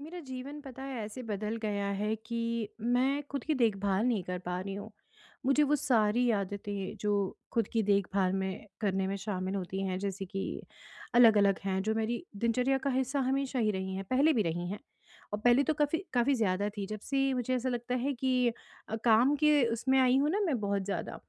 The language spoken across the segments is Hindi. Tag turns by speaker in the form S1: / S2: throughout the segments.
S1: मेरा जीवन पता है ऐसे बदल गया है कि मैं खुद की देखभाल नहीं कर पा रही हूँ। मुझे वो सारी आदतें जो खुद की देखभाल में करने में शामिल होती हैं जैसे कि अलग-अलग हैं जो मेरी दिनचर्या का हिस्सा हमेशा ही रही हैं, पहले भी रही हैं। और पहले तो काफ़ी काफ़ी ज़्यादा थी जब से मुझे ऐसा लगता है कि काम के उसमें आई हूँ ना मैं बहुत ज़्यादा।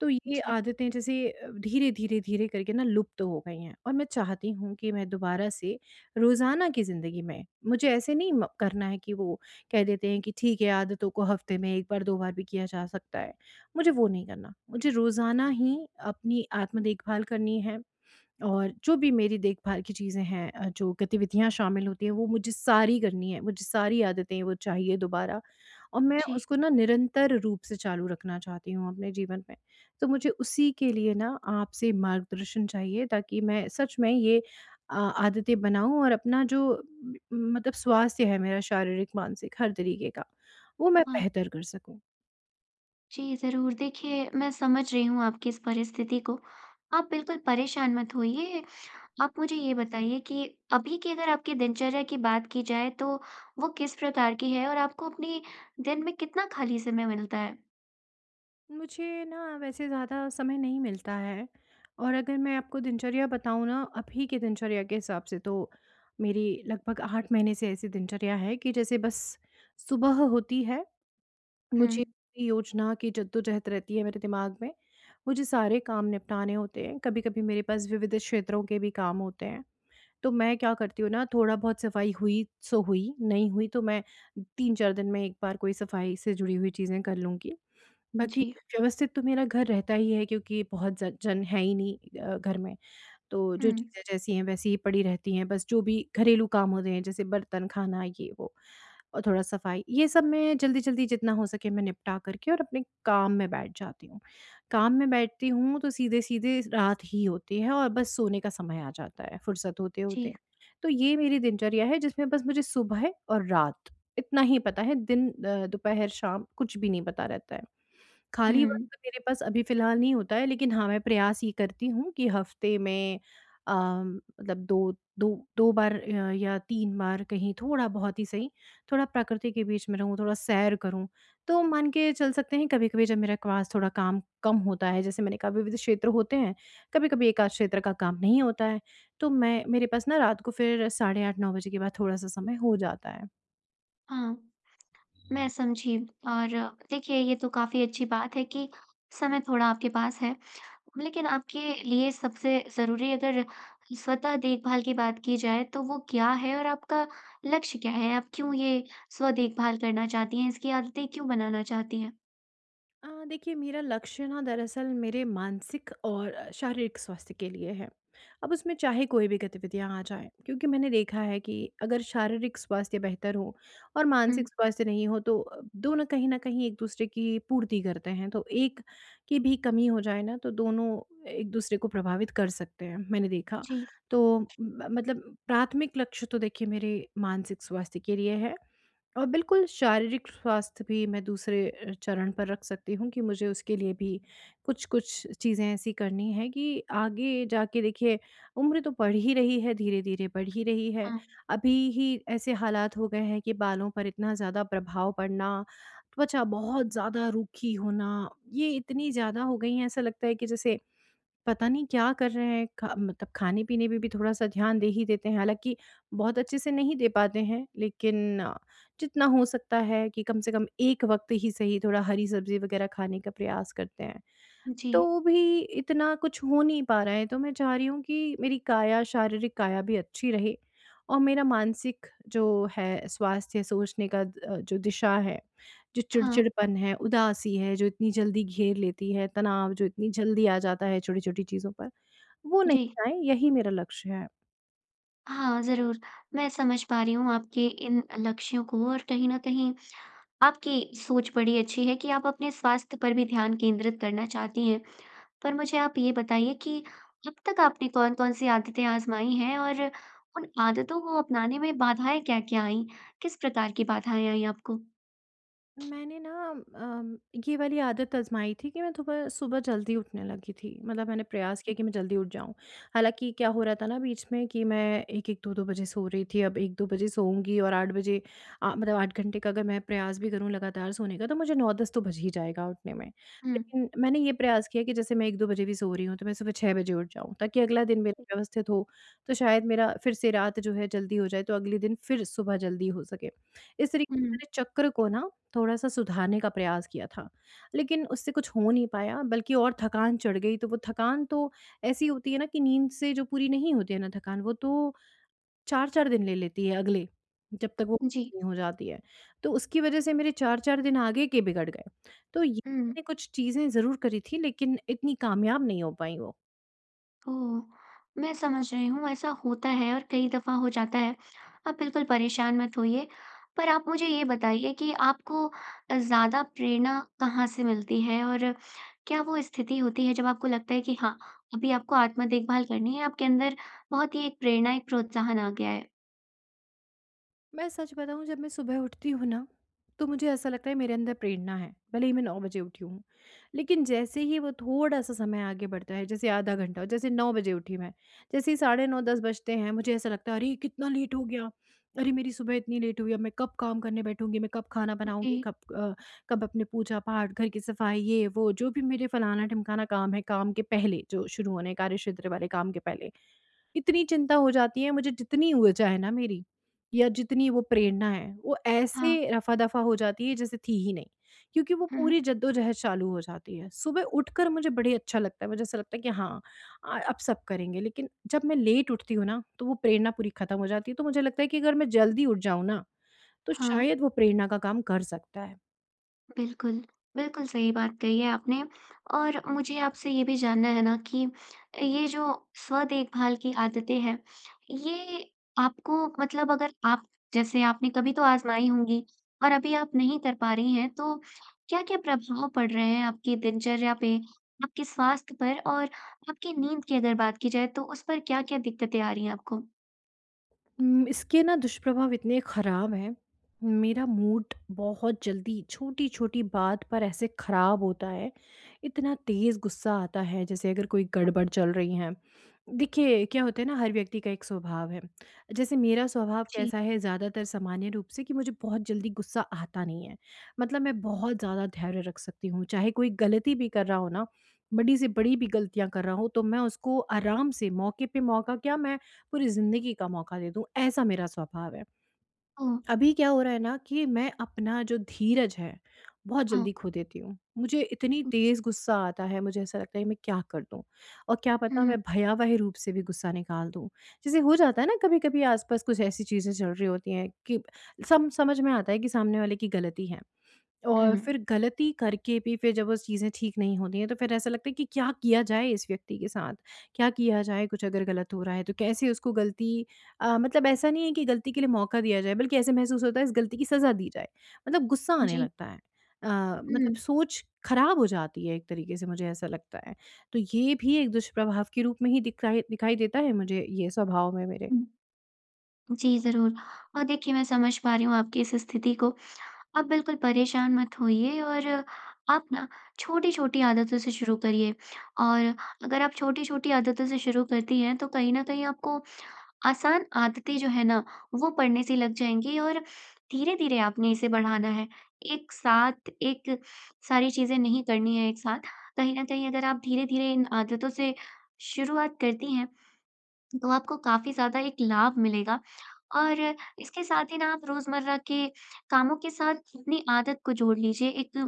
S1: तो ये
S2: जी,
S1: आदतें जैसे धीरे, धीरे, धीरे करके ना लुप्त हो गई हैं और मैं चाहती हूँ कि मैं दोबारा से रोज़ाना की ज़िंदगी में मुझे ऐसे नहीं म करना है कि वो कह देते हैं कि ठीक है, आदतों को हफ़्ते में 1 बार 2 बार भी किया जा सकता है। मुझे वो नहीं करना। मुझे रोज़ाना ही अपनी आत्म देखभाल करनी है। और जो भी मेरी देखभाल की चीज़ें हैं जो गतिविधियाँ शामिल होती हैं वो मुझे सारी करनी है, मुझे सारी आदतें वो चाहिए दोबारा। और मैं
S2: जी।
S1: उसको ना निरंतर रूप से चालू रखना चाहती हूँ अपने जीवन में। तो मुझे उसी के लिए ना आपसे मार्गदर्शन चाहिए ताकि मैं सच में ये आदतें बनाऊँ और अपना जो म मतलब स्वास्थ्य है मेरा, शारीरिक, मानसिक हर तरीके का, वो मैं
S2: हाँ,
S1: बेहतर कर सकूँ।
S2: जी ज़रूर। देखिए, मैं समझ रही हूँ आपकी इस परिस्थिति को। आप बिल्कुल परेशान मत होइए। आप मुझे ये बताइए कि अभी की अगर आपकी दिनचर्या की बात की जाए तो वो किस प्रकार की है और आपको अपने दिन में कितना खाली समय मिलता है?
S1: मुझे ना वैसे ज़्यादा समय नहीं मिलता है, और अगर मैं आपको दिनचर्या बताऊँ ना अभी की दिनचर्या के हिसाब से, तो मेरी लगभग 8 महीने से ऐसी दिनचर्या है कि जैसे बस सुबह होती है,
S2: हुँ,
S1: मुझे पूरी योजना की जद्दोजहद रहती है मेरे दिमाग में। मुझे सारे काम निपटाने होते हैं, कभी कभी मेरे पास विविध क्षेत्रों के भी काम होते हैं। तो मैं क्या करती हूँ ना, थोड़ा बहुत सफाई हुई सो हुई, नहीं हुई तो मैं 3-4 दिन में एक बार कोई सफाई से जुड़ी हुई चीज़ें कर लूँगी। बाकी
S2: जी।
S1: व्यवस्थित तो मेरा घर रहता ही है, क्योंकि बहुत ज जन है ही नहीं घर में। तो जो
S2: हुँ,
S1: चीज़ें जैसी हैं वैसी ही पड़ी रहती हैं, बस जो भी घरेलू काम होते हैं जैसे बर्तन, खाना ये वो और थोड़ा सफाई, ये सब मैं जल्दी-जल्दी जितना हो सके मैं निपटा करके और अपने काम में बैठ जाती हूँ। काम में बैठती हूँ तो सीधे-सीधे रात ही होती है और बस सोने का समय आ जाता है फुर्सत
S2: जी।
S1: होते-होते। तो ये मेरी दिनचर्या है जिसमें बस मुझे सुबह और रात इतना ही पता है, दिन दोपहर, शाम कुछ भी नहीं पता रहता है। खाली
S2: हुँ,
S1: वक़्त मेरे पास अभी फ़िलहाल नहीं होता है, लेकिन हाँ, मैं प्रयास ये करती हूँ कि हफ़्ते में मतलब 2 2 2 बार या 3 बार कहीं थोड़ा-बहुत ही सही, थोड़ा प्रकृति के बीच में रहूँ, थोड़ा सैर करूँ। तो मान के चल सकते हैं, कभी-कभी जब मेरे पास थोड़ा काम कम होता है, जैसे मैंने कहा विविध क्षेत्र होते हैं, कभी-कभी एक आध क्षेत्र का काम नहीं होता है, तो मैं मेरे पास ना रात को फिर साढ़े 8-9 बजे के बाद थोड़ा-सा समय हो जाता है।
S2: हाँ, मैं समझी और देखिए ये तो काफ़ी अच्छी बात है कि समय थोड़ा आपके पास है। लेकिन आपके लिए सबसे ज़रूरी अगर स्वतः देखभाल की बात की जाए तो वो क्या है और आपका लक्ष्य क्या है? आप क्यों ये स्व देखभाल करना चाहती हैं? इसकी आदतें क्यों बनाना चाहती हैं?
S1: देखिए, मेरा लक्ष्य ना दरअसल मेरे मानसिक और शारीरिक स्वास्थ्य के लिए है। अब उसमें चाहे कोई भी गतिविधियाँ आ जाएँ, क्योंकि मैंने देखा है कि अगर शारीरिक स्वास्थ्य बेहतर हो और
S2: हुँ,
S1: मानसिक स्वास्थ्य नहीं हो तो दोनों कहीं न कहीं एक-दूसरे की पूर्ति करते हैं। तो एक की भी कमी हो जाए ना तो दोनों एक-दूसरे को प्रभावित कर सकते हैं, मैंने देखा।
S2: जी,
S1: तो म मतलब प्राथमिक लक्ष्य तो देखिए मेरे मानसिक स्वास्थ्य के लिए है। और बिल्कुल शारीरिक स्वास्थ्य भी मैं दूसरे चरण पर रख सकती हूँ कि मुझे उसके लिए भी कुछ-कुछ चीज़ें ऐसी करनी हैं कि आगे जाके देखिए उम्र तो बढ़ ही रही है, धीरे-धीरे बढ़ ही रही है।
S2: हाँ,
S1: अभी ही ऐसे हालात हो गए हैं कि बालों पर इतना ज़्यादा प्रभाव पड़ना, त्वचा बहुत ज़्यादा रूखी होना, ये इतनी ज़्यादा हो गई है, ऐसा लगता है कि जैसे पता नहीं क्या कर रहे हैं। खा मतलब खाने-पीने पे भी थोड़ा-सा ध्यान दे ही देते हैं, हालाँकि बहुत अच्छे से नहीं दे पाते हैं, लेकिन जितना हो सकता है कि कम से कम एक वक़्त ही सही थोड़ा हरी सब्ज़ी वग़ैरह खाने का प्रयास करते हैं।
S2: जी,
S1: तो भी इतना कुछ हो नहीं पा रहा है, तो मैं चाह रही हूँ कि मेरी काया, शारीरिक काया भी अच्छी रहे और मेरा मानसिक जो है स्वास्थ्य, सोचने का जो दिशा है, जो
S2: हाँ,
S1: चिड़चिड़पन है, उदासी है, जो इतनी जल्दी घेर लेती है, तनाव जो इतनी जल्दी आ जाता है छोटी-छोटी चीज़ों पर, वो नहीं
S2: जी।
S1: आए, यही मेरा लक्ष्य है।
S2: हाँ, ज़रूर, मैं समझ पा रही हूँ आपके इन लक्ष्यों को और कहीं न कहीं आपकी सोच बड़ी अच्छी है कि आप अपने स्वास्थ्य पर भी ध्यान केंद्रित करना चाहती हैं। पर मुझे आप ये बताइए कि अब तक आपने कौन-कौन सी आदतें आज़माई हैं और उन आदतों को अपनाने में बाधाएँ क्या-क्या आईं? किस प्रकार की बाधाएँ आईं आपको?
S1: मैंने ना अम, ये वाली आदत आजमाई थी कि मैं सुबह सुबह जल्दी उठने लगी थी, मतलब मैंने प्रयास किया कि मैं जल्दी उठ जाऊं। हालांकि क्या हो रहा था ना बीच में कि मैं एक एक दो दो बजे सो रही थी, अब एक दो बजे सोऊंगी और 8 बजे मतलब 8 घंटे का अगर मैं प्रयास भी करूं लगातार सोने का तो मुझे 9-10 तो बज ही जाएगा उठने में।
S2: हुँ,
S1: लेकिन मैंने ये प्रयास किया कि जैसे मैं 1-2 बजे भी सो रही हूँ तो मैं सुबह 6 बजे उठ जाऊँ ताकि अगला दिन मेरा व्यवस्थित हो, तो शायद मेरा फिर से रात जो है जल्दी हो जाए तो अगले दिन फिर सुबह जल्दी हो सके। इस तरीके
S2: हुँ।
S1: अपने चक्र को ना थोड़ा-सा सुधारने का प्रयास किया था, लेकिन उससे कुछ हो नहीं पाया, बल्कि और थकान चढ़ गई। तो वो थकान तो ऐसी होती है ना कि नींद से जो पूरी नहीं होती है ना थकान, वो तो 4-4 दिन ले लेती है अगले, जब तक वो
S2: जी।
S1: पूरी नहीं हो जाती है। तो उसकी वजह से मेरे 4-4 दिन आगे के बिगड़ गए। तो ये
S2: हुँ।
S1: मैंने कुछ चीज़ें ज़रूर करी थी, लेकिन इतनी कामयाब नहीं हो पाई वो।
S2: ओह! मैं समझ रही हूँ, ऐसा होता है और कई दफ़ा हो जाता है। आप बिल्कुल परेशान मत होइए। पर आप मुझे ये बताइए कि आपको ज़्यादा प्रेरणा कहाँ से मिलती है? और क्या वो स्थिति होती है जब आपको लगता है कि हाँ, अभी आपको आत्म देखभाल करनी है, आपके अंदर बहुत ही एक प्रेरणा, एक प्रोत्साहन आ गया है?
S1: मैं सच बताऊँ, जब मैं सुबह उठती हूँ ना, तो मुझे ऐसा लगता है मेरे अंदर प्रेरणा है, भले ही मैं 9 बजे उठी हूँ। लेकिन जैसे ही वो थोड़ा-सा समय आगे बढ़ता है, जैसे आधा घंटा, जैसे 9 बजे उठी मैं, जैसे ही साढ़े 9-10 बजते हैं, मुझे ऐसा लगता है अरे! कितना लेट हो गया। अरे! मेरी सुबह इतनी लेट हुई, अब मैं कब काम करने बैठूँगी, मैं कब खाना बनाऊँगी,
S2: जी।
S1: कब कब अपने पूजा-पाठ, घर की सफाई, ये वो जो भी मेरे फलाना-ढिमकाना काम है, काम के पहले जो शुरू होने हैं कार्यक्षेत्र वाले काम के पहले। इतनी चिंता हो जाती है मुझे, जितनी ऊर्जा है ना मेरी या जितनी वो प्रेरणा है, वो ऐसे
S2: हाँ।
S1: रफ़ा-दफ़ा हो जाती है जैसे थी ही नहीं, क्योंकि वो
S2: हुँ, हुँ।
S1: पूरी जद्दोजहद चालू हो जाती है। सुबह उठकर मुझे बड़े अच्छा लगता है, मुझे ऐसा लगता है कि हाँ, अब सब करेंगे। लेकिन जब मैं लेट उठती हूँ ना, तो वो प्रेरणा पूरी खत्म हो जाती है। तो मुझे लगता है कि अगर मैं जल्दी उठ जाऊँ ना, तो
S2: हाँ।
S1: शायद वो प्रेरणा का काम कर सकता है।
S2: बिल्कुल, बिल्कुल सही बात कही है आपने और मुझे आपसे ये भी जानना है ना कि ये जो स्व-देखभाल की आदतें हैं, ये आपको मतलब अगर आप जैसे आपने कभी तो आज़माई होंगी और अभी आप नहीं कर पा रही हैं, तो क्या-क्या प्रभाव पड़ रहे हैं आपकी दिनचर्या पे, आपके स्वास्थ्य पर और आपकी नींद की अगर बात की जाए तो उस पर क्या-क्या दिक्कतें आ रही हैं आपको?
S1: इसके ना दुष्प्रभाव इतने ख़राब हैं, मेरा मूड बहुत जल्दी छोटी-छोटी बात पर ऐसे ख़राब होता है, इतना तेज़ गुस्सा आता है जैसे अगर कोई गड़बड़ चल रही है। देखिए, क्या होता है ना, हर व्यक्ति का एक स्वभाव है। जैसे मेरा स्वभाव
S2: जी।
S1: कैसा है ज़्यादातर सामान्य रूप से कि मुझे बहुत जल्दी गुस्सा आता नहीं है। मतलब मैं बहुत ज़्यादा धैर्य रख सकती हूँ, चाहे कोई गलती भी कर रहा हो ना, बड़ी से बड़ी भी गलतियाँ कर रहा हूँ तो मैं उसको आराम से मौके पे मौका, क्या मैं पूरी ज़िंदगी का मौका दे दूँ, ऐसा मेरा स्वभाव है।
S2: ओह!
S1: अभी क्या हो रहा है ना कि मैं अपना जो धीरज है, बहुत
S2: हाँ।
S1: जल्दी खो देती हूँ। मुझे इतनी
S2: हुँ,
S1: तेज़ गुस्सा आता है, मुझे ऐसा लगता है मैं क्या कर दूँ? और क्या पता मैं भयावह रूप से भी गुस्सा निकाल दूँ। जैसे हो जाता है ना कभी-कभी आस-पास कुछ ऐसी चीज़ें चल रही होती हैं कि सम समझ में आता है कि सामने वाले की गलती है।
S2: हुँ,
S1: और
S2: हुँ।
S1: फिर गलती करके भी फिर जब वो चीज़ें ठीक नहीं होती हैं, तो फिर ऐसा लगता है कि क्या किया जाए इस व्यक्ति के साथ? क्या किया जाए, कुछ अगर गलत हो रहा है तो कैसे उसको गलती, मतलब ऐसा नहीं है कि गलती के लिए मौका दिया जाए, बल्कि ऐसे महसूस होता है इस गलती की सज़ा दी जाए। मतलब गुस्सा आने
S2: जी।
S1: लगता है। अ, मतलब सोच खराब हो जाती है एक तरीके से, मुझे ऐसा लगता है। तो ये भी एक दुष्प्रभाव के रूप में ही दिखाई दिखाई देता है मुझे ये स्वभाव में मेरे।
S2: हुँ। जी, ज़रूर। और देखिए मैं समझ पा रही हूँ आपकी इस स्थिति को। आप बिल्कुल परेशान मत होइए और आप ना छोटी-छोटी आदतों से शुरू करिए और अगर आप छोटी-छोटी आदतों से शुरू करती हैं तो कहीं न कहीं आपको आसान आदतें जो है ना वो पड़ने से लग जाएँगी और धीरे-धीरे आपने इसे बढ़ाना है। एक साथ एक सारी चीज़ें नहीं करनी है एक साथ। कहीं न कहीं अगर आप धीरे-धीरे इन आदतों से शुरुआत करती हैं तो आपको काफ़ी ज़्यादा एक लाभ मिलेगा और इसके साथ ही ना आप रोज़मर्रा के कामों के साथ अपनी आदत को जोड़ लीजिए। एक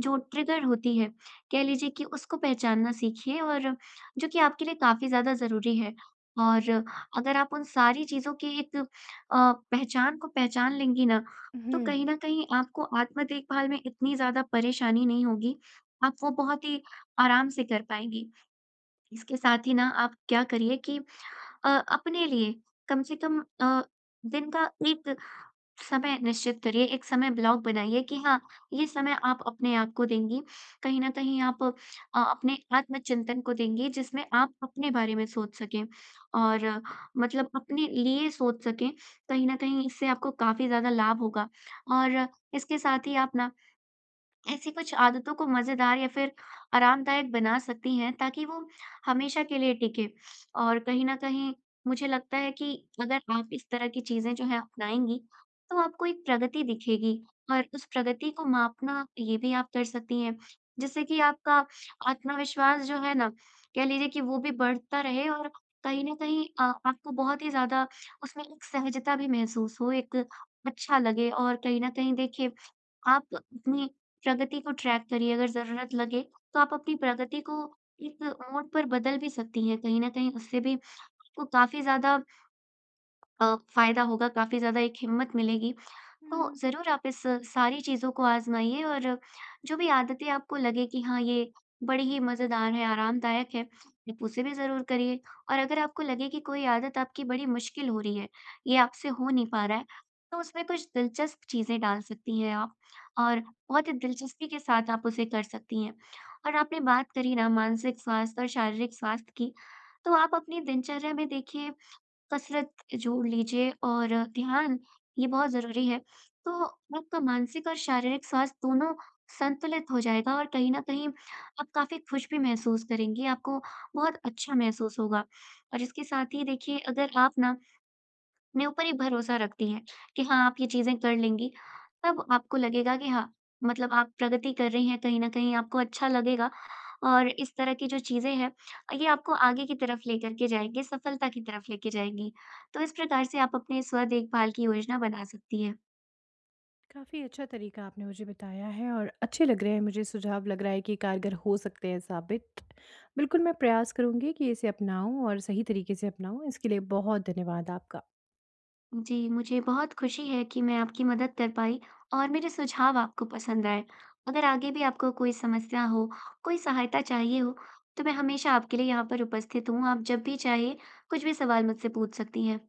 S2: जो ट्रिगर होती है, कह लीजिए कि उसको पहचानना सीखिए और जो कि आपके लिए काफ़ी ज़्यादा ज़रूरी है। और अगर आप उन सारी चीज़ों की एक पहचान को पहचान लेंगी ना, तो
S1: हुँ।
S2: कहीं न कहीं आपको आत्म देखभाल में इतनी ज़्यादा परेशानी नहीं होगी। आप वो बहुत ही आराम से कर पाएँगी। इसके साथ ही ना आप क्या करिए कि अपने लिए कम से कम दिन का एक समय निश्चित करिए, एक समय ब्लॉक बनाइए कि हाँ, ये समय आप अपने आप को देंगी। कहीं न कहीं आप अपने आत्मचिंतन को देंगी जिसमें आप अपने बारे में सोच सकें और मतलब अपने लिए सोच सकें। कहीं न कहीं इससे आपको काफ़ी ज़्यादा लाभ होगा और इसके साथ ही आप ना ऐसी कुछ आदतों को मज़ेदार या फिर आरामदायक बना सकती हैं ताकि वो हमेशा के लिए टिके। और कहीं न कहीं मुझे लगता है कि अगर आप इस तरह की चीज़ें जो हैं अपनाएँगी, तो आपको एक प्रगति दिखेगी और उस प्रगति को मापना ये भी आप कर सकती हैं। जिससे कि आपका आत्मविश्वास जो है ना, कह लीजिए कि वो भी बढ़ता रहे और कहीं न कहीं आपको बहुत ही ज़्यादा उसमें एक सहजता भी महसूस हो, एक अच्छा लगे और कहीं न कहीं देखिए, आप अपनी प्रगति को ट्रैक करिए, अगर ज़रूरत लगे तो आप अपनी प्रगति को एक मोड़ पर बदल भी सकती हैं, कहीं न कहीं उससे भी आपको काफ़ी ज़्यादा फ़ायदा होगा, काफ़ी ज़्यादा एक हिम्मत मिलेगी। तो
S1: हुँ।
S2: ज़रूर आप इस सारी चीज़ों को आज़माइए और जो भी आदतें आपको लगे कि हाँ, ये बड़ी ही मज़ेदार है, आरामदायक है, आप उसे भी ज़रूर करिए। और अगर आपको लगे कि कोई आदत आपकी बड़ी मुश्किल हो रही है, ये आपसे हो नहीं पा रहा है, तो उसमें कुछ दिलचस्प चीज़ें डाल सकती हैं आप और बहुत ही दिलचस्पी के साथ आप उसे कर सकती हैं। और आपने बात करी ना मानसिक स्वास्थ्य और शारीरिक स्वास्थ्य की, तो आप अपनी दिनचर्या में देखिए कसरत जोड़ लीजिए और ध्यान ये बहुत ज़रूरी है। तो आपका मानसिक और शारीरिक स्वास्थ्य दोनों संतुलित हो जाएगा और कहीं न कहीं आप काफ़ी खुश भी महसूस करेंगी, आपको बहुत अच्छा महसूस होगा। और इसके साथ ही देखिए अगर आप ना अपने ऊपर ही भरोसा रखती हैं कि हाँ, आप ये चीज़ें कर लेंगी, तब आपको लगेगा कि हाँ, मतलब आप प्रगति कर रही हैं कहीं न कहीं आपको अच्छा लगेगा और इस तरह की जो चीज़ें हैं, ये आपको आगे की तरफ लेकर के जाएँगी, सफलता की तरफ लेके जाएँगी। तो इस प्रकार से आप अपने स्व-देखभाल की योजना बना सकती हैं।
S1: काफ़ी अच्छा तरीका आपने मुझे बताया है और अच्छे लग रहे हैं, मुझे सुझाव लग रहा है कि कारगर हो सकते हैं साबित। बिल्कुल मैं प्रयास करूँगी कि इसे अपनाऊँ और सही तरीके से अपनाऊँ। इसके लिए बहुत धन्यवाद आपका।
S2: जी, मुझे बहुत खुशी है कि मैं आपकी मदद कर पाई और मेरे सुझाव आपको पसंद आए। अगर आगे भी आपको कोई समस्या हो, कोई सहायता चाहिए हो, तो मैं हमेशा आपके लिए यहाँ पर उपस्थित हूँ। आप जब भी चाहें, कुछ भी सवाल मुझसे पूछ सकती हैं।